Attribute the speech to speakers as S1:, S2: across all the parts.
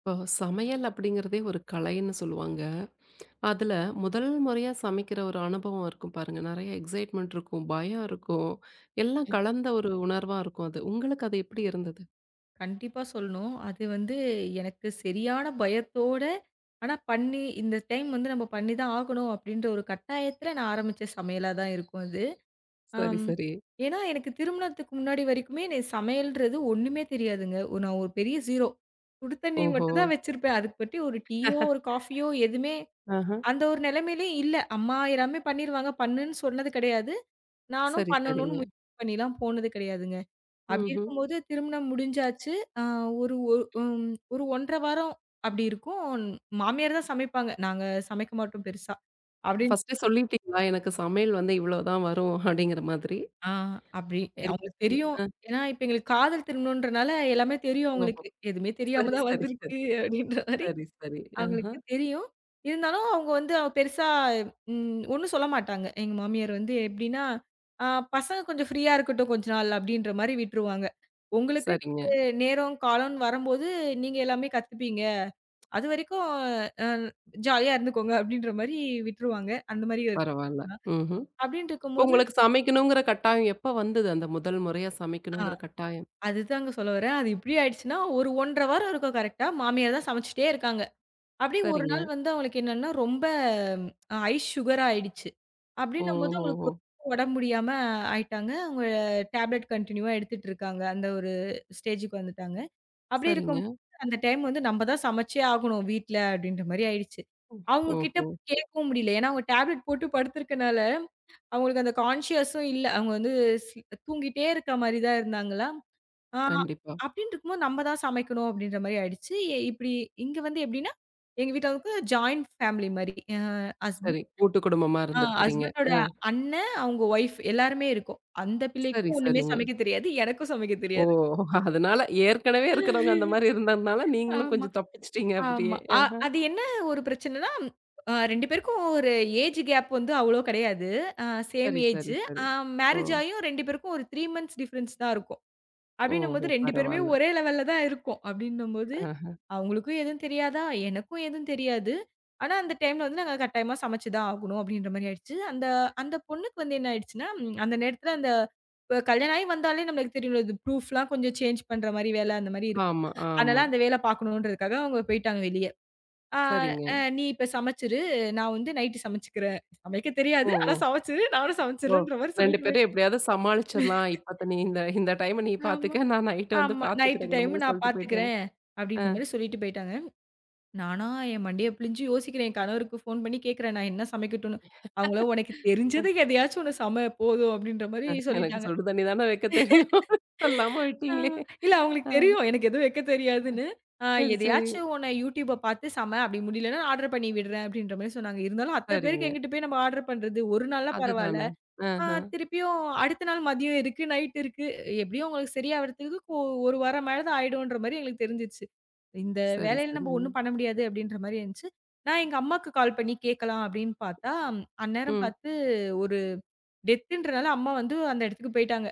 S1: இப்போ சமையல் அப்படிங்கிறதே ஒரு கலைன்னு சொல்லுவாங்க. அதுல முதல் முறையா சமைக்கிற ஒரு அனுபவம் இருக்கும் பாருங்க. நெறைய எக்ஸைட்மென்ட் இருக்கும், பயம் இருக்கும். எல்லாம் கலந்த ஒரு உணர்வா இருக்கும் அது. உங்களுக்கு அது எப்படி இருந்தது?
S2: கண்டிப்பா சொல்லணும். அது வந்து எனக்கு சரியான பயத்தோட, ஆனா பண்ணி இந்த டைம் வந்து நம்ம பண்ணி தான் ஆகணும் அப்படின்ற ஒரு கட்டாயத்துல நான் ஆரம்பிச்ச சமையலா தான் இருக்கும் அது.
S1: சரி,
S2: அம்
S1: சரி.
S2: ஏன்னா எனக்கு திருமணத்துக்கு முன்னாடி வரைக்குமே எனக்கு சமையல்ன்றது ஒண்ணுமே தெரியாதுங்க. நான் ஒரு பெரிய 0. சுடு தண்ணி
S1: ஓஹோ!
S2: மட்டும் தான் வச்சிருப்பேன். அதுக்கு பத்தி ஒரு டீயோ, ஒரு காஃபியோ எதுவுமே
S1: ஆஹ.
S2: அந்த ஒரு நிலைமையிலயும் இல்ல. அம்மா எல்லாமே பண்ணிருவாங்க. பண்ணுன்னு சொன்னது கிடையாது. நானும்
S1: சரி,
S2: பண்ணணும்னு
S1: சரிங்க.
S2: முயற்சி பண்ணிலாம் போனது கிடையாதுங்க. அப்படி
S1: ம்ஹ்ம்.
S2: இருக்கும்போது திருமணம் முடிஞ்சாச்சு. அ ஒரு ஒ ம் ஒரு 1½ வாரம் அப்படி இருக்கும். மாமியார் தான் சமைப்பாங்க. நாங்க சமைக்க மாட்டோம் பெருசா. அப்படின்னு
S1: ஃபர்ஸ்ட்டே சொல்லிட்டீங்களா? எனக்கு சமையல் வந்து இவ்வளோதான் வரும் அப்படிங்கிற மாதிரி.
S2: ஆ அப்படி
S1: சரி.
S2: அவங்களுக்கு தெரியும்.
S1: அ.
S2: ஏன்னா, இப்ப எங்களுக்கு காதல் திருமணம்ன்றனால எல்லாமே தெரியும்
S1: ஓஹோ!
S2: அவங்களுக்கு. எதுவுமே தெரியாம
S1: சரி,
S2: தான்
S1: சரி, சரி.
S2: வந்திருக்கு அப்படின்ற மாரி
S1: சரி, சரி. ஆஹ.
S2: அவங்களுக்கு தெரியும். இருந்தாலும் அவங்க வந்து அவ பெருசா ஒண்ணும் சொல்ல மாட்டாங்க. எங்க மாமியார் வந்து எப்படின்னா, "ஆ பசங்க கொஞ்சம் ஃப்ரீயா இருக்கட்டும் கொஞ்ச நாள்" அப்படின்ற மாரி விட்டுருவாங்க. "உங்களுக்கு
S1: சரிங்க.
S2: நேரம், காலம்ன்னு வரும்போது நீங்க எல்லாமே கத்துப்பீங்க. அதுவரைக்கும் அ ஜாலியா இருந்துக்கோங்க" அப்படின்ற மாரி விட்டுருவாங்க. அந்த மாரி ஒரு
S1: பரவால்ல. ம்ஹ்ம்.
S2: அப்படின்னு இருக்கும்போது
S1: உங்களுக்கு சமைக்கணுங்கிற கட்டாயம் எப்ப வந்தது? அந்த முதல் முறையா
S2: ஆ
S1: சமைக்கணுங்கிற கட்டாயம்?
S2: அதுதாங்க சொல்ல வரேன். அது இப்படி ஆயிடுச்சுன்னா, ஒரு 1½ வாரம் இருக்கும் கரெக்ட்டா. மாமியார் தான் சமைச்சுட்டே இருக்காங்க. அப்படியே ஒரு
S1: சரிங்க.
S2: நாள் வந்து அவங்களுக்கு என்னன்னா ரொம்ப ஐஸ் சுகரா ஆயிடுச்சு. அப்படின்னும்போது அவங்களுக்கு
S1: ஓஹோஹோ!
S2: ஒரு உடம்பு முடியாம ஆயிட்டாங்க. அவங்க டேப்லெட் கன்டினியூவா எடுத்துட்டு இருக்காங்க. அந்த ஒரு ஸ்டேஜுக்கு வந்துட்டாங்க. அப்படி
S1: சரிங்க.
S2: இருக்கும்போது அந்த டைம் வந்து நம்ம தான் சமைச்சே ஆகணும் வீட்ல அப்படின்ற மாரி ஆயிடுச்சு.
S1: ம்.
S2: அவங்க கிட்ட
S1: ஓஹோ!
S2: போய் கேட்கவும் முடியல. ஏன்னா அவங்க டேப்லெட் போட்டு படுத்துருக்கனால, அவங்களுக்கு அந்த கான்ஷியஸும் இல்ல. அவங்க வந்து ஸ் தூங்கிட்டே இருக்க மாரி தான் இருந்தாங்களா? ஆ
S1: கண்டிப்பா.
S2: அப்டின்னு இருக்கும்போது நம்ம தான் சமைக்கணும் அப்டின்ற மாரி ஆயிடுச்சு. எ இப்டி இங்க வந்து எப்டின்னா, எங்க வீட்டாளுக்கு ஜாயிண்ட் ஃபேமிலி மாரி.
S1: சரி.
S2: ஹஸ்பண்ட்
S1: கூட்டு குடும்பமா இருந்திருக்கிறீங்க.
S2: ஹஸ்பண்டோட
S1: ஆ.
S2: அண்ணன், அவங்க ஒய்ஃப் எல்லாருமே இருக்கோம். அந்த
S1: சரி,
S2: பிள்ளைக்கும் ஒண்ணுமே
S1: சரிங்க.
S2: சமைக்க தெரியாது. எனக்கும் சமைக்க
S1: ஓ!
S2: தெரியாது.
S1: அதனால ஏற்கனவே இருக்கிறவங்க அந்த மாரி இருந்ததுனால, நீங்களும்
S2: ஆமா,
S1: கொஞ்சம் தப்பிச்சுட்டீங்க
S2: ஆமா.
S1: அப்படியே. அஹ.
S2: அது என்ன ஒரு பிரச்சனைன்னா, 2 பேருக்கும் ஒரு ஏஜ் கேப் வந்து அவ்ளோ கிடையாது. அ சேம்
S1: சரி,
S2: ஏஜ்.
S1: சரி, சரி.
S2: அ
S1: ஓ!
S2: மேரேஜ் ஆயும் 2 பேருக்கும் ஒரு 3 மந்த்ஸ் டிஃபரன்ஸ் தான் இருக்கும். அப்டின்னும்போது
S1: ஓஹோ!
S2: 2 பேருமே
S1: பரவால்ல.
S2: ஒரே லெவல்ல தான் இருக்கோம். அப்டின்னும்போது
S1: அஹ.
S2: அவங்களுக்கும் எதுவும் தெரியாதா? எனக்கும் எதுவும் தெரியாது. ஆனா, அந்த டைம்ல வந்து நாங்க கட்டாயமா சமைச்சு தான் ஆகணும் அப்டின்ற மாரி ஆயிடுச்சு. அந்த அந்த பொண்ணுக்கு வந்து என்ன ஆயிடுச்சுன்னா, அந்த நேரத்துல அந்த இப்ப கல்யாணம் ஆகி வந்தாலே நம்மளுக்கு தெரியும்ல, இது ப்ரூஃப்லாம் கொஞ்சம் சேஞ்ச் பண்ற மாரி வேல அந்த மாரி இருக்கும்.
S1: ஆமா, ஆமா.
S2: அதனால அந்த வேல பார்க்கணுன்றதுக்காக அவங்க போயிட்டாங்க வெளிய. "ஆ
S1: சரிங்க.
S2: அ நீ இப்ப சமைச்சுரு. நான் வந்து நைட்டு சமைச்சுக்கிறேன். சமைக்க
S1: ஓ!
S2: தெரியாது. ஆனா
S1: ஓ!
S2: சமைச்சுரு. நானும்
S1: ஓ!
S2: சமைச்சுர்றேன்ற" மாரி
S1: 2
S2: சொல்லிட்டு
S1: பேரும்
S2: போயிட்டா.
S1: எப்படியாவது சமாளிச்சிரலாம். இப்பத்த நீ இந்த இந்த டைம நீ
S2: ஆமா,
S1: பாத்துக்க. நான் நைட்டு வந்து
S2: ஆமா. "நைட்டு
S1: பாத்துக்கிறேங்கிற
S2: டைம்
S1: மாரி
S2: நான்
S1: சொல்லிட்டு போயிட்டாங்க.
S2: பார்த்துக்கிறேன்" அப்டின்ற மாரி சொல்லிட்டு போயிட்டாங்க. நானா என் மண்டைய பிழிஞ்சு யோசிக்கிறேன். என் கணவருக்கு ஃபோன் பண்ணி கேட்கிறேன், "நான் என்ன சமைக்கட்டும்னு?" அவங்களோ,
S1: ஆ.
S2: "உனக்கு தெரிஞ்சது எதையாச்சும் ஒண்ணு சம போதும்." அப்படின்ற மாரி
S1: எனக்கு
S2: சொல்லிட்டாங்க.
S1: சுடு தண்ணி தானே வைக்க தெரியும். சொல்லாம
S2: ஆ
S1: விட்டீங்களே!
S2: இல்ல அவங்களுக்கு
S1: ஆ
S2: தெரியும். எனக்கு எதுவும் வைக்க தெரியாதுன்னு. "அ
S1: சரி, சரி.
S2: எதையாச்சும் ஒன்ன YouTubeப பார்த்து சம. அப்படி முடியலன்னா ஆர்டர் பண்ணி விடுறேன்." அப்படின்ற மாரி சொன்னாங்க. இருந்தாலும் அத்தன பேருக்கு
S1: சரிங்க.
S2: எங்கிட்டு போய் நம்ம ஆர்டர் பண்றது? ஒரு நாள்னா பரவால்ல.
S1: அதுதானே.
S2: ஆ
S1: ஆஹ.
S2: திருப்பியும் அடுத்த நாள் மதியம் இருக்கு, நைட் இருக்கு. எப்படியும் உங்களுக்கு சரியாவறதுக்கு ஒ ஒரு வாரம் மேல தான் ஆயிடும்ன்ற மாரி எங்களுக்கு தெரிஞ்சிருச்சு. இந்த
S1: சரி,
S2: வேலையில நம்ம
S1: சரிங்க.
S2: ஒண்ணும் பண்ண முடியாது அப்படின்ற மாரி இருந்துச்சு. நான் எங்க அம்மாக்கு கால் பண்ணி கேட்கலாம் அப்படின்னு பார்த்தா, அந்நேரம்
S1: ம்.
S2: பார்த்து ஒரு டெத்துன்றனால அம்மா வந்து அந்த இடத்துக்கு போயிட்டாங்க.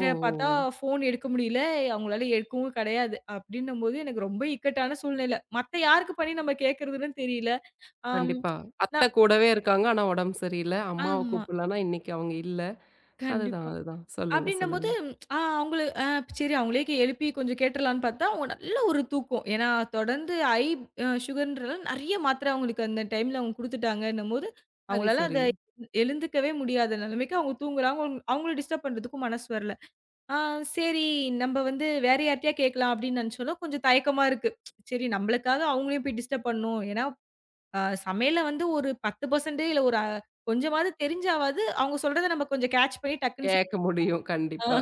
S1: ஓ, ஓ,
S2: பார்த்தா
S1: ஓ!
S2: ஃபோன் எடுக்க முடியல, அவங்களால எடுக்கவும் கிடையாது. அப்படின்னும்போது எனக்கு ரொம்ப இக்கட்டான சூழ்நிலை. மத்த யாருக்கு பண்ணி நம்ம கேட்கறதுன்னு தெரியல. ஆம்.
S1: கண்டிப்பா. அத்தை
S2: நான்
S1: கூடவே இருக்காங்க. ஆனா உடம்பு சரியில்ல. அம்மாவ
S2: ஆமா.
S1: கூப்பிடலன்னா இன்னைக்கு அவங்க இல்ல. அதுதான்,
S2: கண்டிப்பா.
S1: அதுதான். சொல்லுங்க, சொல்லுங்க.
S2: அப்படின்னம்போது, ஆ அவங்கள அ சரி அவங்களே எழுப்பி கொஞ்சம் கேட்டுறலான்னு பார்த்தா, அவங்க நல்ல ஒரு தூக்கம். ஏன்னா தொடர்ந்து ஹை அ சுகர்ன்றனால நெறைய மாத்திரை அவங்களுக்கு அந்த டைம்ல அவங்க குடுத்துட்டாங்கன்னும்போது,
S1: சரி,
S2: அவங்களால
S1: சரி.
S2: அத எழுந்துக்கவே முடியாத நிலைமைக்கு அவங்க தூங்குறாங்க. அவங்கள டிஸ்டர்ப் பண்றதுக்கும் மனசு வரல. ஆ சரி நம்ம வந்து வேற யார்ட்டயா கேட்கலாம் அப்படின்னு நினைச்சாலும் கொஞ்சம் தயக்கமா இருக்கு. சரி நம்மளுக்காக அவங்களையும் போய் டிஸ்டர்ப் பண்ணணும். ஏன்னா அ சமையல்ல வந்து ஒரு 10% இல்ல ஒரு அ கொஞ்சமாவது தெரிஞ்சாவாவது அவங்க சொல்றத நம்ம கொஞ்சம் கேட்ச் பண்ணி டக்குன்னு
S1: கேட்க முடியும்.
S2: ஆ
S1: கண்டிப்பா.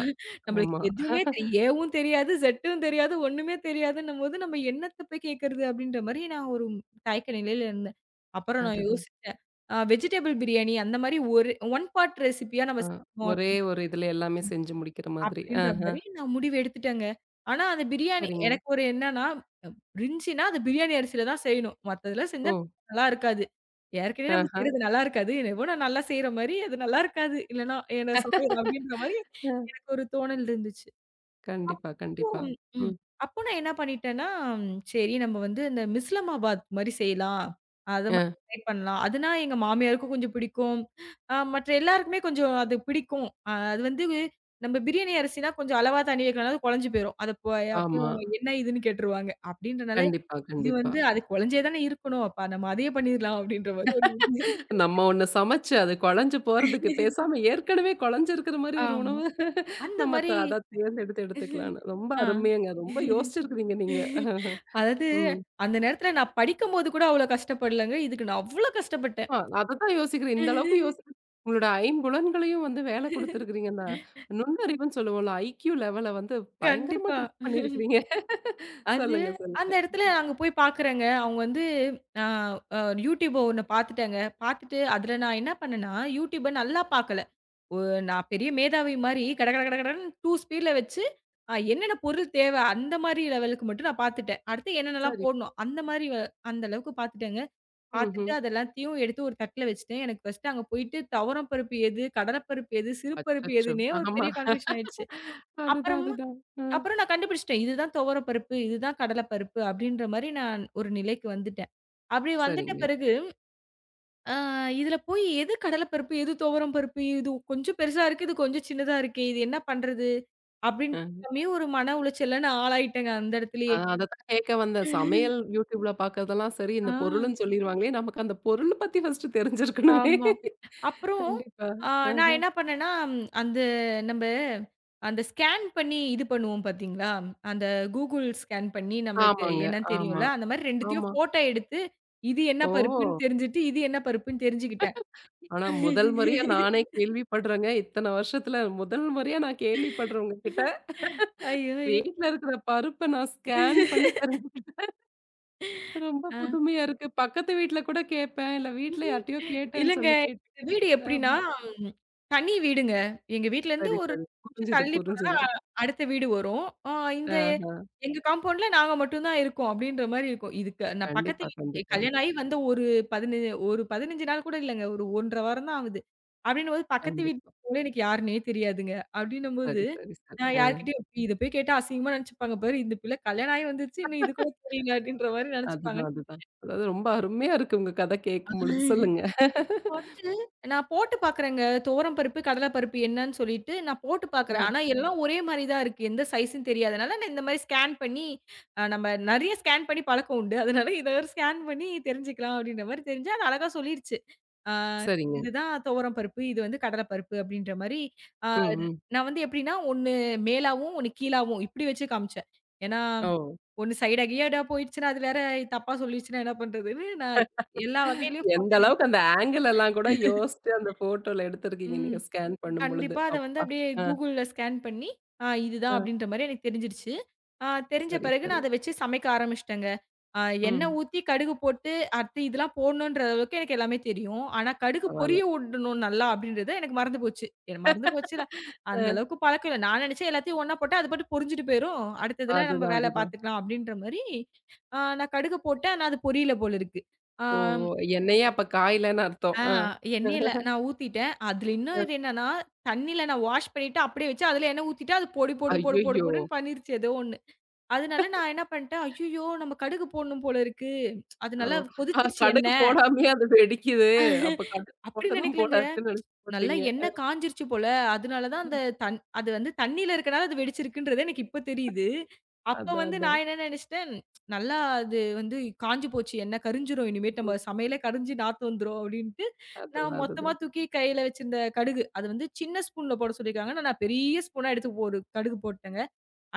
S2: நம்மளுக்கு
S1: ஆமா.
S2: எதுவுமே ஏவும் தெரியாது, இசட்டும் தெரியாது, ஒண்ணுமே தெரியாதுன்னும்போது, நம்ம என்னத்த போய் கேட்கறது? அப்படின்ற மாரி நான் ஒரு தயக்க நிலையில இருந்தேன். அப்புறம் நான்
S1: அதுதான்.
S2: யோசிச்சேன். வெஜிடபிள் பிரியாணி அந்த மாரி ஒரு ஒன் பார்ட் ரெசிபியா நம்ம
S1: ஆ.
S2: செய்வோம்
S1: ஒரே
S2: அப்படின்ற
S1: ஒரு இதுல எல்லாமே செஞ்சு முடிக்கிற மாதிரி.
S2: அப்படின்ற
S1: ஆஹ.
S2: மாரி நான் முடிவு எடுத்துட்டேங்க. ஆனா, அந்த பிரியாணி
S1: சரிங்க.
S2: எனக்கு ஒரு என்னன்னா, இருந்துச்சுன்னா அது பிரியாணி அரிசியில தான் செய்யணும். மத்ததுல செஞ்சா
S1: ஓ!
S2: நல்லா இருக்காது. ஏற்கனவே நம்ம
S1: ஆஹ.
S2: செய்றது நல்லா இருக்காது. என்னவோ நான் நல்லா செய்ற மாரி அது நல்லா இருக்காது. இல்லன்னா என்ன சமையல் அப்படின்ற மாரி
S1: அ.
S2: எனக்கு ஒரு தோணல் இருந்துச்சு.
S1: கண்டிப்பா, கண்டிப்பா.
S2: ம். ம்.
S1: ம்.
S2: அப்போ நான் என்ன பண்ணிட்டேன்னா, சரி நம்ம வந்து இந்த மிஸ்லமாபாத் மாரி செய்யலாம். அத மாரி
S1: அ.
S2: ட்ரை பண்ணலாம். அதுனா எங்க மாமியாருக்கும் கொஞ்சம் பிடிக்கும். மற்ற எல்லாருக்குமே கொஞ்சம் அது பிடிக்கும். அது வந்து நம்ம பிரியாணி அரிசினா கொஞ்சம் அளவா தண்ணி வைக்கலனா அது குழஞ்சு போயிரும். அத போ
S1: ஆமா.
S2: அப்புறம் என்ன இதுன்னு கேட்டுருவாங்க. அப்படின்றனால
S1: கண்டிப்பா,
S2: இது
S1: கண்டிப்பா.
S2: வந்து அது குழஞ்சே தானே இருக்கணும். அப்ப நம்ம அதையே பண்ணிரலாம் அப்படின்ற மாரி ஒரு இது.
S1: நம்ம ஒண்ணு சமைச்சு அது குழஞ்சு போறதுக்கு பேசாம ஏற்கனவே குழஞ்சிருக்கிற மாரி ஒரு
S2: ஆமா.
S1: உணவு
S2: அந்த
S1: நம்ம த
S2: மாரி
S1: அத தேர்ந்தெடுத்து எடுத்துக்கலான்னு. ரொம்ப
S2: ஆ.
S1: அருமையாங்க. ரொம்ப யோசிச்சிருக்கிறீங்க நீங்க.
S2: அதாவது,
S1: ம்.
S2: அந்த நேரத்துல நான் படிக்கும்போது கூட அவ்ளோ கஷ்டப்படலங்க. இதுக்கு நான் அவ்ளோ கஷ்டப்பட்டேன்.
S1: ஆ அததான் யோசிக்கிறேன். இந்த அளவுக்கு உங்களோட ஐம்புலன்களையும் வந்து வேலை குடுத்துருக்கிறீங்க. அந்த நுண்ணறிவுன்னு சொல்லுவோம்ல. ஐக்யூ லெவல வந்து பயங்கரமா
S2: கண்டிப்பா.
S1: டெஸ்ட் பண்ணியிருக்கிறீங்க.
S2: அது
S1: சொல்லுங்க,
S2: அந்த
S1: சொல்லுங்க.
S2: இடத்துல அங்க போய் பாக்குறேங்க. அவங்க வந்து அ அ Youtube ஒண்ணு பாத்துட்டேங்க. பாத்துட்டு அதுல நான் என்ன பண்ணேன்னா, Youtube நல்லா பாக்கல. ஒ நான் பெரிய மேதாவி மாரி கட கட கட கடன்னு 2 ஸ்பீடுல வச்சு, என்னென்ன பொருள் தேவ அந்த மாரி லெவலுக்கு மட்டும் நான் பாத்துட்டேன். அடுத்து என்னென்னலாம்
S1: சரி.
S2: போடணும் அந்த மாரி வ அந்த அளவுக்கு பாத்துட்டேங்க.
S1: ம்ஹ்ம்.
S2: பாத்துட்டு அது எல்லாத்தையும் எடுத்து ஒரு தட்டுல வச்சுட்டேன். எனக்கு ஃபர்ஸ்ட்டு அங்க போயிட்டு துவரம் பருப்பு எது? கடலைப்பருப்பு எது? சிறு பருப்பு
S1: அச்சச்சோ!
S2: எதுன்னே ஒரு
S1: ஆமா.
S2: பெரிய கன்ஃபியூஷன் ஆயிடுச்சு.
S1: அதுதான்,
S2: அப்புறமா
S1: அதுதான். ஆ.
S2: அப்புறம் நான் கண்டுபிடிச்சுட்டேன். இதுதான் துவரம் பருப்பு, இதுதான் கடலைப்பருப்பு அப்டின்ற மாரி நான் ஒரு நிலைக்கு வந்துட்டேன். அப்படி வந்துட்ட
S1: சரிங்க.
S2: பிறகு, ஆ இதுல போய் எது கடலைப்பருப்பு? எது துவரம் பருப்பு? இது கொஞ்சம் பெருசா இருக்கு. இது கொஞ்சம் சின்னதா இருக்கே. இது என்ன பண்றது?
S1: ஆ.
S2: அப்படின்னு ஒரு மன உளைச்சல்ல நான் ஆளாயிட்டேங்க அந்த இடத்துலயே.
S1: அதத்தான் கேட்க வந்தேன். சமையல் YouTubeல பார்க்கறதெல்லாம் சரி, இந்த
S2: ஆ.
S1: பொருளுன்னு சொல்லிருவாங்களே, நமக்கு அந்த பொருள் பத்தி ஃபர்ஸ்ட்டு தெரிஞ்சிருக்கணுமே.
S2: ஆமா. அப்புறம்
S1: கண்டிப்பா.
S2: அ நான்
S1: அ.
S2: என்ன பண்ணேன்னா, அந்த நம்ப அந்த ஸ்கேன் பண்ணி இது பண்ணுவோம் பார்த்தீங்களா? அந்த Google ஸ்கேன் பண்ணி நம்மளுக்கு
S1: ஆமாங்க.
S2: என்னன்னு
S1: ஆமா,
S2: தெரியும்ல. அந்த மாரி 2த்தையும்
S1: ஆமா.
S2: ஃபோட்டோ எடுத்து, இது என்ன பருப்புன்னு
S1: ஓ!
S2: தெரிஞ்சுட்டு, இது என்ன பருப்புன்னு தெரிஞ்சுக்கிட்டேன்.
S1: ஆனா முதல் முறையா நானே கேள்விப்படுறேங்க. இத்தன வருஷத்துல முதல் முறையா நான் கேள்விப்படுறேன் உங்ககிட்ட.
S2: ஐயோ!
S1: வீட்ல இருக்கிற பருப்ப நான் ஸ்கேன் பண்ணி தெரிஞ்சுக்கிட்டேன். ரொம்ப
S2: அ.
S1: புதுமையா இருக்கு. பக்கத்து வீட்ல கூட கேட்பேன். இல்ல வீட்ல
S2: ம்ஹ்ம்.
S1: யார்ட்டயோ கேட்டேன்னு
S2: இல்லங்க.
S1: சொல்லி கேட்டேன்.
S2: எங்க வீடு எப்படின்னா,
S1: ஆமா.
S2: ம், தனி வீடுங்க. எங்க வீட்லருந்து
S1: சரி,
S2: ஒரு
S1: சரி.
S2: நிமிஷம்
S1: புரிஞ்சுது,
S2: தள்ளி போனா
S1: புரிஞ்சுது.
S2: அடுத்த வீடு வரும். ஆ இந்த
S1: ஆஹ.
S2: எங்க காம்பவுண்ட்ல நாங்க மட்டும் தான் இருக்கோம் அப்படின்ற மாரி இருக்கும். இதுக்கு நான் பக்கத்து
S1: கண்டிப்பா,
S2: வீ
S1: கண்டிப்பா,
S2: கல்யாணம் ஆகி வந்து ஒரு 15 ஒரு 15 நாள் கூட இல்லங்க. ஒரு 1½ வாரம் தான் ஆகுது. அப்படின்னும்போது பக்கத்து
S1: கண்டிப்பா.
S2: வீட்டுல எனக்கு யாருன்னே தெரியாதுங்க. அப்படின்னும்போது
S1: சரி, சரி, சரி.
S2: நான்
S1: ஆ.
S2: யார்கிட்டயும் இத போய் கேட்டா அசிங்கமா நெனச்சுப்பாங்க பாரு. இந்த பிள்ளை கல்யாணம் ஆகி வந்துருச்சு. இன்னும் இது கூட தெரியல அப்படின்ற மாரி
S1: அதுதான்,
S2: நெனச்சுப்பாங்கன்னு
S1: அதுதான். அதாவது ரொம்ப அருமையா இருக்கு உங்க கதை கேட்கும்பொழுது. சொல்லுங்க.
S2: இப்ப வந்து நான் போட்டு பார்க்குறேங்க. துவரம் பருப்பு, கடலை பருப்பு என்னன்னு சொல்லிட்டு நான் போட்டு பார்க்குறேன்.
S1: ஆ.
S2: ஆனா, எல்லாம் ஒரே மாரி தான் இருக்கு. எந்த சைஸ்ன்னு தெரியாதனால, நான் இந்த மாரி ஸ்கேன் பண்ணி நம்ம நெறைய ஸ்கேன் பண்ணி பழக்கம் உண்டு. அதனால இத ஒரு ஸ்கேன் பண்ணி தெரிஞ்சுக்கலாம் அப்படின்ற மாரி தெரிஞ்சு, அது அழகா சொல்லிருச்சு. ஆ
S1: சரிங்க.
S2: இதுதான் துவரம் பருப்பு, இது வந்து கடலை பருப்பு அப்படின்ற மாரி. ஆ
S1: ம், ம்.
S2: நான் வந்து எப்படின்னா, ஒண்ணு மேலாவும், ஒண்ணு கீழாவும் இப்படி வச்சு காமிச்சேன். ஏன்னா,
S1: ஓ!
S2: ஒண்ணு சைடா கியடா போயிடுச்சுன்னா, அது வேற தப்பா சொல்லிடுச்சுன்னா என்ன பண்றதுன்னு நான் எல்லா வகையிலயும்
S1: எந்த
S2: போட்டேன்.
S1: அளவுக்கு அந்த ஆங்கிள் எல்லாம் கூட யோசிச்சு அந்த ஃபோட்டோல எடுத்திருக்கீங்க
S2: ம்.
S1: நீங்க ஸ்கேன் பண்ணும்பொழுது.
S2: கண்டிப்பா அத வந்து
S1: அப்பா!
S2: அப்டியே
S1: ஆ,
S2: Googleல ஸ்கேன் பண்ணி, இதுதான்
S1: ஆ.
S2: அப்டின்ற மாரி எனக்கு தெரிஞ்சிருச்சு. ஆ தெரிஞ்ச
S1: சரி,
S2: பிறகு நான்
S1: சரி.
S2: அத வச்சு சமைக்க ஆரம்பிச்சுட்டேங்க. ஆ எண்ணெய்
S1: ம்.
S2: ஊத்தி, கடுகு போட்டு, அடுத்து இதெல்லாம் போடணுன்ற அளவுக்கு எனக்கு எல்லாமே தெரியும். ஆனா கடுகு
S1: பரவால்ல.
S2: பொரிய உடணும் நல்லா அப்டின்றது எனக்கு மறந்து போச்சு. எனக்கு மறந்து போச்சுல, அந்த
S1: ஆ.
S2: அளவுக்கு பழக்கம் இல்ல. நான் நெனச்சேன் எல்லாத்தையும் ஒண்ணா போட்டா அது பாட்டுக்கு பொரிஞ்சுட்டு போயிரும். அடுத்ததுல நம்ம
S1: அதுதான்,
S2: வேல
S1: அதுதான்.
S2: பார்த்துக்கலாம் அப்டின்ற மாரி, நான் கடுகு போட்டேன். ஆனா அது பொரியல போல இருக்கு. ஆ
S1: ஓ! ஓ! என்னையே அப்ப காயலன்னு அர்த்தம்.
S2: ஆ
S1: ஆ.
S2: எண்ணெயில நான் ஊத்திட்டேன். அதுல இன்னும்
S1: அ.
S2: இது என்னன்னா, தண்ணீல நான் வாஷ் பண்ணிட்டு அப்படியே வச்சு, அதுல எண்ணெய் ஊத்திட்டு அது பொடி பொடி பொடு பொடு
S1: ஐய்யய்யோ!
S2: பொடுன்னு பண்ணிருச்சு ஏதோ ஒண்ணு. அதனால நான் என்ன பண்ணிட்டேன், "ஐய்யய்யோ! நம்ம கடுகு போடணும் போல இருக்கு. அது
S1: ஓ!
S2: நல்லா
S1: ஆ
S2: கொதிச்சிருச்சு
S1: கடுகு
S2: எண்ணெய்."
S1: போடாமயே அது வெடிக்குது. அப்ப கடுகு
S2: அப்படின்னு
S1: போடணும் போல
S2: நினைக்கலங்க.
S1: இருக்குன்னு நெனச்சு
S2: நல்லா
S1: போட்டீங்க.
S2: எண்ணெய் காய்ஞ்சிருச்சு போல. அதனால தான் அந்த
S1: ம்.
S2: தண் அது வந்து தண்ணீல இருக்கனால அது வெடிச்சிருக்குன்றது எனக்கு இப்ப தெரியுது. அப்ப
S1: அதான்,
S2: வந்து
S1: அதான்.
S2: நான் என்ன நெனச்சுட்டேன், நல்லா அது வந்து காய்ஞ்சு போச்சு எண்ணெய் கரிஞ்சிரும் இனிமேட்டு நம்ம சமையலே கரிஞ்சு நாத்தம் வந்துரும் அப்டின்ட்டு, நான்
S1: அதுதான்,
S2: மொத்தமா
S1: அதுதான்.
S2: தூக்கி கையில வச்சிருந்த கடுகு, அது வந்து சின்ன ஸ்பூன்ல போட சொல்லியிருக்காங்க. ஆனா நான் பெரிய ஸ்பூனா எடுத்து ஒரு கடுகு போட்டேங்க.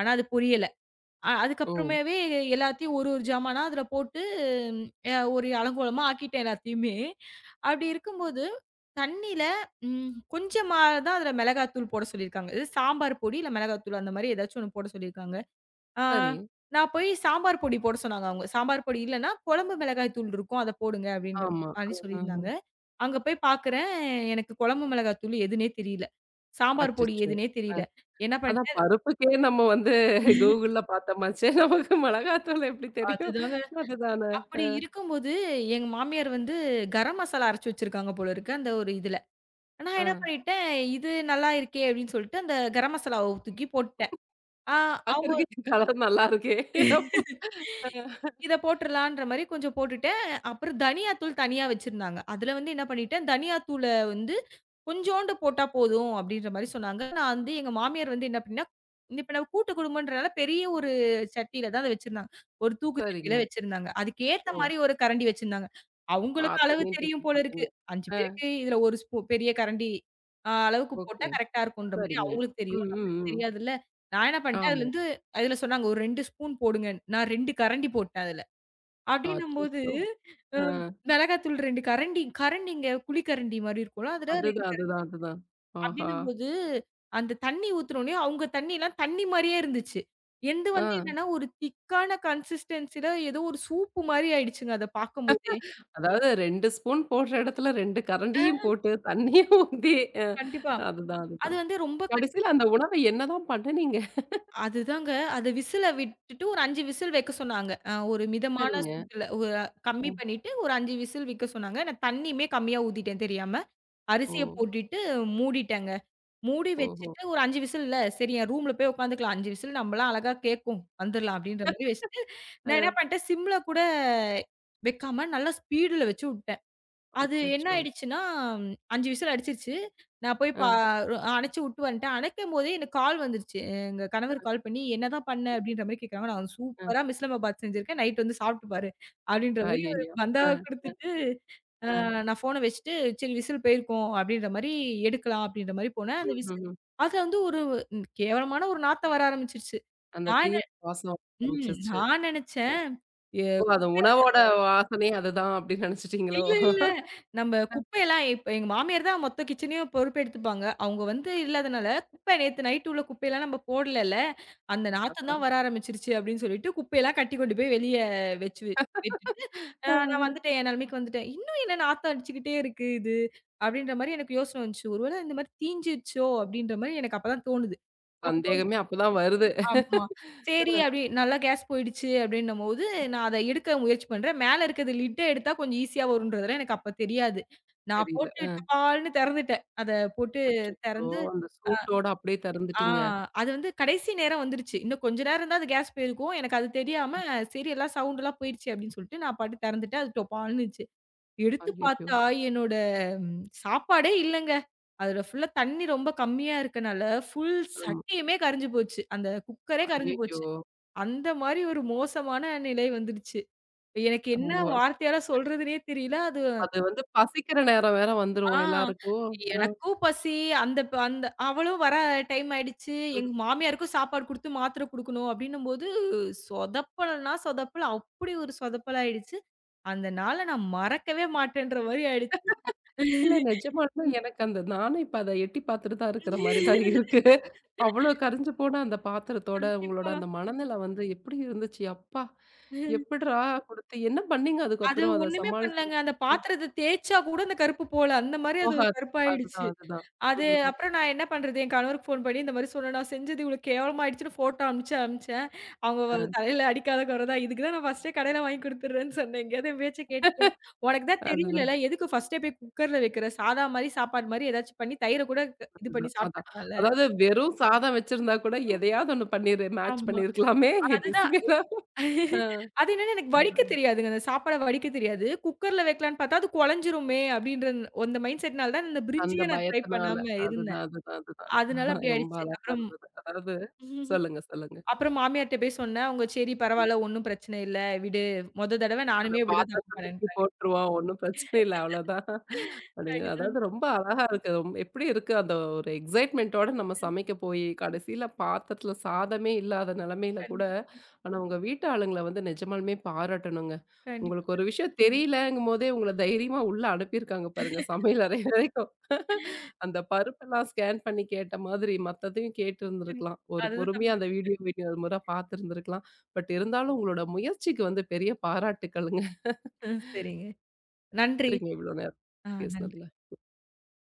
S2: ஆனா அது பொரியல.
S1: ஓ!
S2: அதுக்கப்புறமாவே எல்லாத்தையும் ஒரு ஜாமானா அதில போட்டு ம், அ ஒரு அலங்கோலமா ஆக்கிட்டேன் எல்லாத்தையுமே. அப்படி இருக்கும்போது, தண்ணீல ம் கொஞ்சமா தான் அதில மிளகாத்தூள் போட சொல்லியிருக்காங்க. இது சாம்பார் பொடி இல்ல மிளகாத்தூள் அந்த மாரி ஏதாச்சும் ஒண்ணு போட சொல்லியிருக்காங்க. ஆ
S1: சரி.
S2: நான் போய் சாம்பார் பொடி போட சொன்னாங்க அவங்க. சாம்பார் பொடி இல்லன்னா, குழம்பு மிளகாய் தூள் இருக்கும். அத போடுங்க அப்படின்ற
S1: ஆமா.
S2: மாரி
S1: ஆஹ.
S2: சொல்லியிருந்தாங்க. அங்க போய் பார்க்குறேன், எனக்கு குழம்பு மிளகாய் தூள் எதுன்னே தெரியல. சாம்பார் பொடி
S1: அச்சச்சோ!
S2: எதுன்னே
S1: அ
S2: தெரியல. என்ன
S1: அதான்
S2: பண்ணிட்டேன்
S1: பருப்புக்கே நம்ம வந்து கூகுள்ல பார்த்தோமாச்சே. நமக்கு மிளகாத்தூள் எப்படி தெரியும்?
S2: அதுதாங்க
S1: அதுதானே.
S2: அப்படி இருக்கும்போது, எங்க மாமியார் வந்து கரம் மசாலா அரைச்சு வச்சிருக்காங்க போல இருக்கு, அந்த ஒரு இதுல. நான்
S1: ஆ.
S2: என்ன பண்ணிட்டேன், "இது நல்லா இருக்கே" அப்படின்னு சொல்லிட்டு, அந்த கரம் மசாலாவ தூக்கி போட்டுட்டேன். ஆ, அவங்க
S1: பார்க்கறதுக்கே கலர் நல்லா இருக்கே. ஆ.
S2: இத போட்டுறலான்ற மாரி கொஞ்சம் போட்டுட்டேன். அப்புறம் தனியா தூள் தனியா வச்சிருந்தாங்க. அதுல வந்து என்ன பண்ணிட்டேன், தனியா தூள வந்து கொஞ்சோண்டு போட்டா போதும் அப்டின்ற மாரி சொன்னாங்க. நான் வந்து எங்க மாமியார் வந்து என்ன அப்டின்னா, இப்ப நம்ம கூட்டு குடும்பம்ன்றனால பெரிய ஒரு சட்டியில தான் அத வச்சிருந்தாங்க. ஒரு தூக்கு சட்டியில
S1: சரிங்க.
S2: வச்சிருந்தாங்க. அதுக்கு ஏத்த
S1: ஓ!
S2: மாரி ஒரு கரண்டி வச்சிருந்தாங்க. அவங்களுக்கு அளவு
S1: அத்தனையும் தூக்கி
S2: தெரியும் போல இருக்கு.
S1: போட்டீங்க.
S2: 5
S1: ஆ.
S2: பேருக்கு இதுல ஒரு ஸ்பூ பெரிய கரண்டி அளவுக்கு போட்டா
S1: ஓகே.
S2: கரெக்ட்டா இருக்கும்ன்ற மாரி
S1: சரிங்க.
S2: அவங்களுக்கு தெரியும்.
S1: ம், ம்,
S2: நம்மளுக்கு
S1: ம்.
S2: தெரியாதுல்ல. நான் என்ன பண்ணிட்டேன்,
S1: ஆமா.
S2: அதுலருந்து அதுல சொன்னாங்க ஒரு 2 ஸ்பூன் போடுங்க. நான் 2 கரண்டி போட்டேன் அதுல. அப்படின்னும்போது,
S1: அச்சச்சோ!
S2: அ
S1: ஆ.
S2: மிளகாத்தூள் 2 கரண்டி கரண்டிங்க குழிக்கரண்டி மாரி இருக்கும்ல. அதுல 2
S1: அதுதான்,
S2: கரண்டி
S1: அதுதான், அதுதான். ஆஹா!
S2: அப்படின்னும்போது, அந்த தண்ணி ஊத்துனோனே அவங்க தண்ணிலாம் தண்ணி மாரியே இருந்துச்சு. என்து வந்து
S1: ஆ.
S2: என்னன்னா, ஒரு திக்கான கன்சிஸ்டன்சில ஏதோ ஒரு சூப்பு மாரி ஆயிடுச்சுங்க அத பார்க்கும்போதே.
S1: அதாவது 2 ஸ்பூன் போடுற இடத்துல 2
S2: அ
S1: கரண்டியும் போட்டு, தண்ணியும் ஊத்தி அ
S2: கண்டிப்பா.
S1: அதுதான்,
S2: அது
S1: அதுதான்.
S2: வந்து ரொம்ப
S1: கடைசில அந்த உணவ என்னதான் பண்ணுனீங்க?
S2: அதுதாங்க. அது விசில விட்டுட்டு ஒரு 5 விசில் வைக்க சொன்னாங்க. ஒரு மிதமான
S1: சரிங்க.
S2: சூட்டுல ஒரு
S1: அ.
S2: கம்மி பண்ணிட்டு ஒரு 5 விசில் வைக்க சொன்னாங்க. நான் தண்ணியுமே கம்மியா ஊத்திட்டேன் தெரியாம.
S1: ஓ!
S2: அரிசிய போட்டுட்டு மூடிட்டேங்க. மூடி
S1: ஓஹோ!
S2: வச்சுட்டு ஒரு 5 விசில் இல்ல. சரி என் ரூம்ல போய் உட்காந்துக்கலாம். 5 விசில் நம்மலாம் அழகா கேட்கும். வந்துரலாம் அப்படின்ற மாரி வச்சுட்டு,
S1: அ.
S2: நான் என்ன பண்ணிட்டேன் சிம்ல கூட வைக்காம நல்லா ஸ்பீடுல வச்சு உட்டேன். அது என்ன
S1: அச்சச்சோ!
S2: ஆயிடுச்சுன்னா, 5 விசில் அடிச்சிருச்சு. நான் போய்
S1: அ,
S2: பா ரொ- அணைச்சு விட்டு வந்துட்டேன். அணைக்கும்போதே எனக்கு கால் வந்துருச்சு. எங்க கணவர் கால் பண்ணி, "என்னதான் பண்ண?" அப்படின்ற மாரி கேட்கறாங்க. நான்
S1: அ.
S2: சூப்பரா மிஸ்லமாபாத் செஞ்சிருக்கேன். நைட் வந்து சாப்பிட்டு பாரு, அப்படின்ற மாரி ஒரு
S1: ஐயய்யோ! அ,
S2: பந்தாவ குடுத்துட்டு, அ
S1: அ.
S2: நான் ஃபோன வச்சுட்டு, சரி விசில் போயிருக்கும் அப்படின்ற மாரி எடுக்கலாம் அப்படின்ற மாரி போனேன். அந்த விசில்
S1: ம்ஹ்ஹ்ம்.
S2: அதுல வந்து ஒரு கேவலமான ஒரு நாத்தம் வர ஆரம்பிச்சுருச்சு.
S1: அந்த
S2: நான்
S1: தீனி
S2: என்ன
S1: வாசம்
S2: ம்
S1: ஆரம்பிச்சிருச்சு.
S2: நான் நெனச்சேன், எ
S1: ஓ! அந்த உணவோட வாசனையே அதுதான் அப்படின்னு நினைச்சுட்டீங்களோ?
S2: இல்ல, இல்ல. நம்ப குப்பையெல்லாம் இப்ப எங்க மாமியார் தான் மொத்த கிச்சனையும் பொறுப்பெடுத்துப்பாங்க. அவங்க வந்து இல்லாதனால, "குப்பை நேத்து நைட்டு உள்ள குப்பையெல்லாம் நம்ம போடலல்ல. அந்த நாத்தம் தான்
S1: அஹ.
S2: வர ஆரம்பிச்சுருச்சு" அப்படின்னு சொல்லிட்டு, குப்பையெல்லாம் கட்டி கொண்டு போய் வெளிய வச்சு விட்டுட்டு, நான் வந்துட்டேன். என் நெலைமைக்கு வந்துட்டேன். இன்னும் என்ன நாத்தம் அடிச்சுக்கிட்டே இருக்கு இது?" அப்படின்ற மாரி எனக்கு யோசனை வந்துச்சு. "ஒருவேளை இந்த மாரி தீஞ்சிருச்சோ?" அப்படின்ற மாரி எனக்கு அப்பதான் தோணுது.
S1: சந்தேகமே அப்பதான் வருது.
S2: ஆமா. சரி அப்படி நல்லா கேஸ் போயிடுச்சு அப்படின்னும்போது, நான் அத எடுக்க முயற்சி பண்றேன். மேல இருக்கிறது லிட்ட எடுத்தா கொஞ்சம் ஈஸியா வரும்ன்றதெல்லாம் எனக்கு அப்ப தெரியாது. நான்
S1: தெரியல.
S2: போட்டு
S1: அ.
S2: டபால்னு திறந்துட்டேன். அத போட்டு
S1: அச்சச்சோ!
S2: திறந்து
S1: அந்த சூட்டோட அப்படியே
S2: ஆ
S1: தெறந்துட்டீங்க.
S2: அது வந்து கடைசி நேரம் வந்துருச்சு. இன்னும் கொஞ்ச நேரம் தான் அது கேஸ் போயிருக்கும். எனக்கு அது தெரியாம,
S1: ம்.
S2: சரி எல்லாம் சவுண்ட்லாம் போயிருச்சு அப்படின்னு சொல்லிட்டு, நான் பாட்டு திறந்துட்டேன். அது டொபால்னுச்சு. எடுத்து
S1: ஐயய்யோ!
S2: பார்த்தா என்னோட சாப்பாடே இல்லங்க. அதுல ஃபுல்லா தண்ணி ரொம்ப கம்மியா இருக்கனால, ஃபுல்
S1: ஆமா.
S2: சட்டியுமே கரைஞ்சு போச்சு. அந்த குக்கரே கரைஞ்சு
S1: ஐயய்யோ!
S2: போச்சு. அந்த மாரி ஒரு மோசமான நிலை வந்துடுச்சு. எனக்கு என்ன
S1: ரொம்போ
S2: வார்த்தையால சொல்றதுன்னே தெரியல. அது
S1: அது வந்து பசிக்கிற நேரம் வேற வந்துரும்
S2: ஆ
S1: எல்லாருக்கும். அ,
S2: எனக்கும் பசி, அந்த அவளும் வர டைம் ஆயிடுச்சு.
S1: அ.
S2: எங்க மாமியாருக்கும் சாப்பாடு குடுத்து, மாத்திரை குடுக்கணும் அப்டின்னும்போது, சொதப்பல்னா சொதப்பல். அப்டி ஒரு சொதப்பல் ஆயிடுச்சு. அந்த நாள நான் மறக்கவே மாட்டேன்ற மாரி ஆயிடுச்சு.
S1: இல்ல நிஜமாலுமே எனக்கு அந்த நானும் இப்ப அத எட்டி பார்த்துட்டு தான் இருக்கிற மாரி தான் இருக்கு. அவ்ளோ கரிஞ்சு போன அந்த பாத்திரத்தோட உங்களோட
S2: கண்டிப்பா.
S1: அந்த மனநிலை வந்து எப்படி இருந்துச்சு? அப்பா! எப்புட்றா குடுத்து என்ன பண்ணீங்க
S2: அது
S1: அதுக்கப்புறம் அத
S2: ஒண்ணுமே
S1: சமாளிச்சு?
S2: பண்ணலங்க. அந்த பாத்திரத்த தேய்ச்சா கூட அந்த கருப்பு போல. அந்த மாரி அது ஒரு
S1: போகாது.
S2: கருப்பாயிடுச்சு.
S1: அதுதான், அதுதான்.
S2: அது
S1: ம்.
S2: அப்புறம் நான் என்ன பண்றது? என் கணவருக்கு ஃபோன் பண்ணி இந்த மாரி சொன்னேன். நான் செஞ்சது இவ்வளோ கேவலமாயிடுச்சுன்னு ஃபோட்டோ அனுப்பிச்சேன். அவங்க வ
S1: அ
S2: தலையில அடிக்காத குறை தான். இதுக்கு தான் நான் ஃபர்ஸ்ட்டே கடையில வாங்கி குடுத்துடுறேன்னு சொன்னேன். எங்கேயாவது என் பேச்ச கேட்டியா? உனக்கு தான்
S1: அதுதான்,
S2: தெரியலல்ல. எதுக்கு ஃபர்ஸ்ட்டே போய் குக்கர்ல வைக்கிற? சாதா மாரி சாப்பாடு மாரி ஏதாச்சும் பண்ணி தயிர கூட க இது பண்ணி
S1: அதுதான். அதான்.
S2: சாப்பிட்டுருக்கலாம்ல.
S1: அதாவது வெறும் சாதம் வச்சிருந்தா கூட எதையாவது ஒண்ணு பண்ணிரு மேட்ச்
S2: ஆமா.
S1: பண்ணியிருக்கலாமே!
S2: அதுதான்.
S1: பிஸிங்க தான். அ
S2: அது என்னன்னா எனக்கு வடிக்க
S1: அதுதான்.
S2: தெரியாதுங்க. அந்த சாப்பாட வடிக்க தெரியாது. குக்கர்ல வைக்கலான்னு பார்த்தா அது குழஞ்சிருமே அப்படின்ற அந்த மைண்ட் செட்னால தான் இந்த
S1: அந்த
S2: பிரிஞ்சியே நான் ட்ரை
S1: பயத்தினால.
S2: பண்ணாம இருந்தேன்.
S1: அதுதான், அதுதான், அதுதான்.
S2: அதனால அப்படி
S1: ரொம்ப
S2: ஆயிடுச்சு.
S1: அழகா
S2: அப்புறம்
S1: இருந்தது. அதாவது சொல்லுங்க, சொல்லுங்க.
S2: அப்புறம் மாமியார்ட்ட போய் சொன்னேன். அவங்க "சரி பரவால்ல, ஒண்ணும் பிரச்சனை இல்ல. விடு. மொத தடவ
S1: அந்த
S2: நானுமே இப்படிதான் தப்பு
S1: பாத்திரத்த தூக்கி
S2: பண்ணேன்ட்டாங்க."
S1: போட்டுருவோம். ஒண்ணும் பிரச்சனை இல்ல அவ்வளோதான். அப்படிங்கிற
S2: அதுதான்.
S1: அதாவது ரொம்ப அழகா இருக்கு. எப்படி இருக்கு அந்த ஒரு எக்ஸைட்மென்ட்டோட நம்ம சமைக்க போயி, கடைசியில பாத்திரத்தில சாதமே இல்லாத நிலைமையில கூட,
S2: கண்டிப்
S1: ஆனா உங்க வீட்டு ஆளுங்கள வந்து நிஜமாலுமே பாராட்டணுங்க.
S2: கண்டிப்பா.
S1: உங்களுக்கு ஒரு விஷயம் தெரியலங்கும்போதே உங்கள தைரியமா உள்ள அனுப்பியிருக்காங்க பாருங்க சமையல் அறை வரைக்கும். அந்த பருப்பெல்லாம் ஸ்கேன் பண்ணி கேட்ட மாதிரி மத்ததையும் கேட்டு
S2: ம்.
S1: இருந்திருக்கலாம். ஒரு
S2: அதுதான் தப்பு.
S1: பொறுமையா அந்த வீடியோ வீடியோ ஒரு முறை பார்த்துருந்துருக்கலாம். பட் இருந்தாலும் உங்களோட முயற்சிக்கு வந்து பெரிய பாராட்டுக்கள்ங்க.
S2: ம். சரிங்க. நன்றி.
S1: விட்டுறீங்க இவ்ளோ நேரம்
S2: நன்றி.
S1: பேசினது.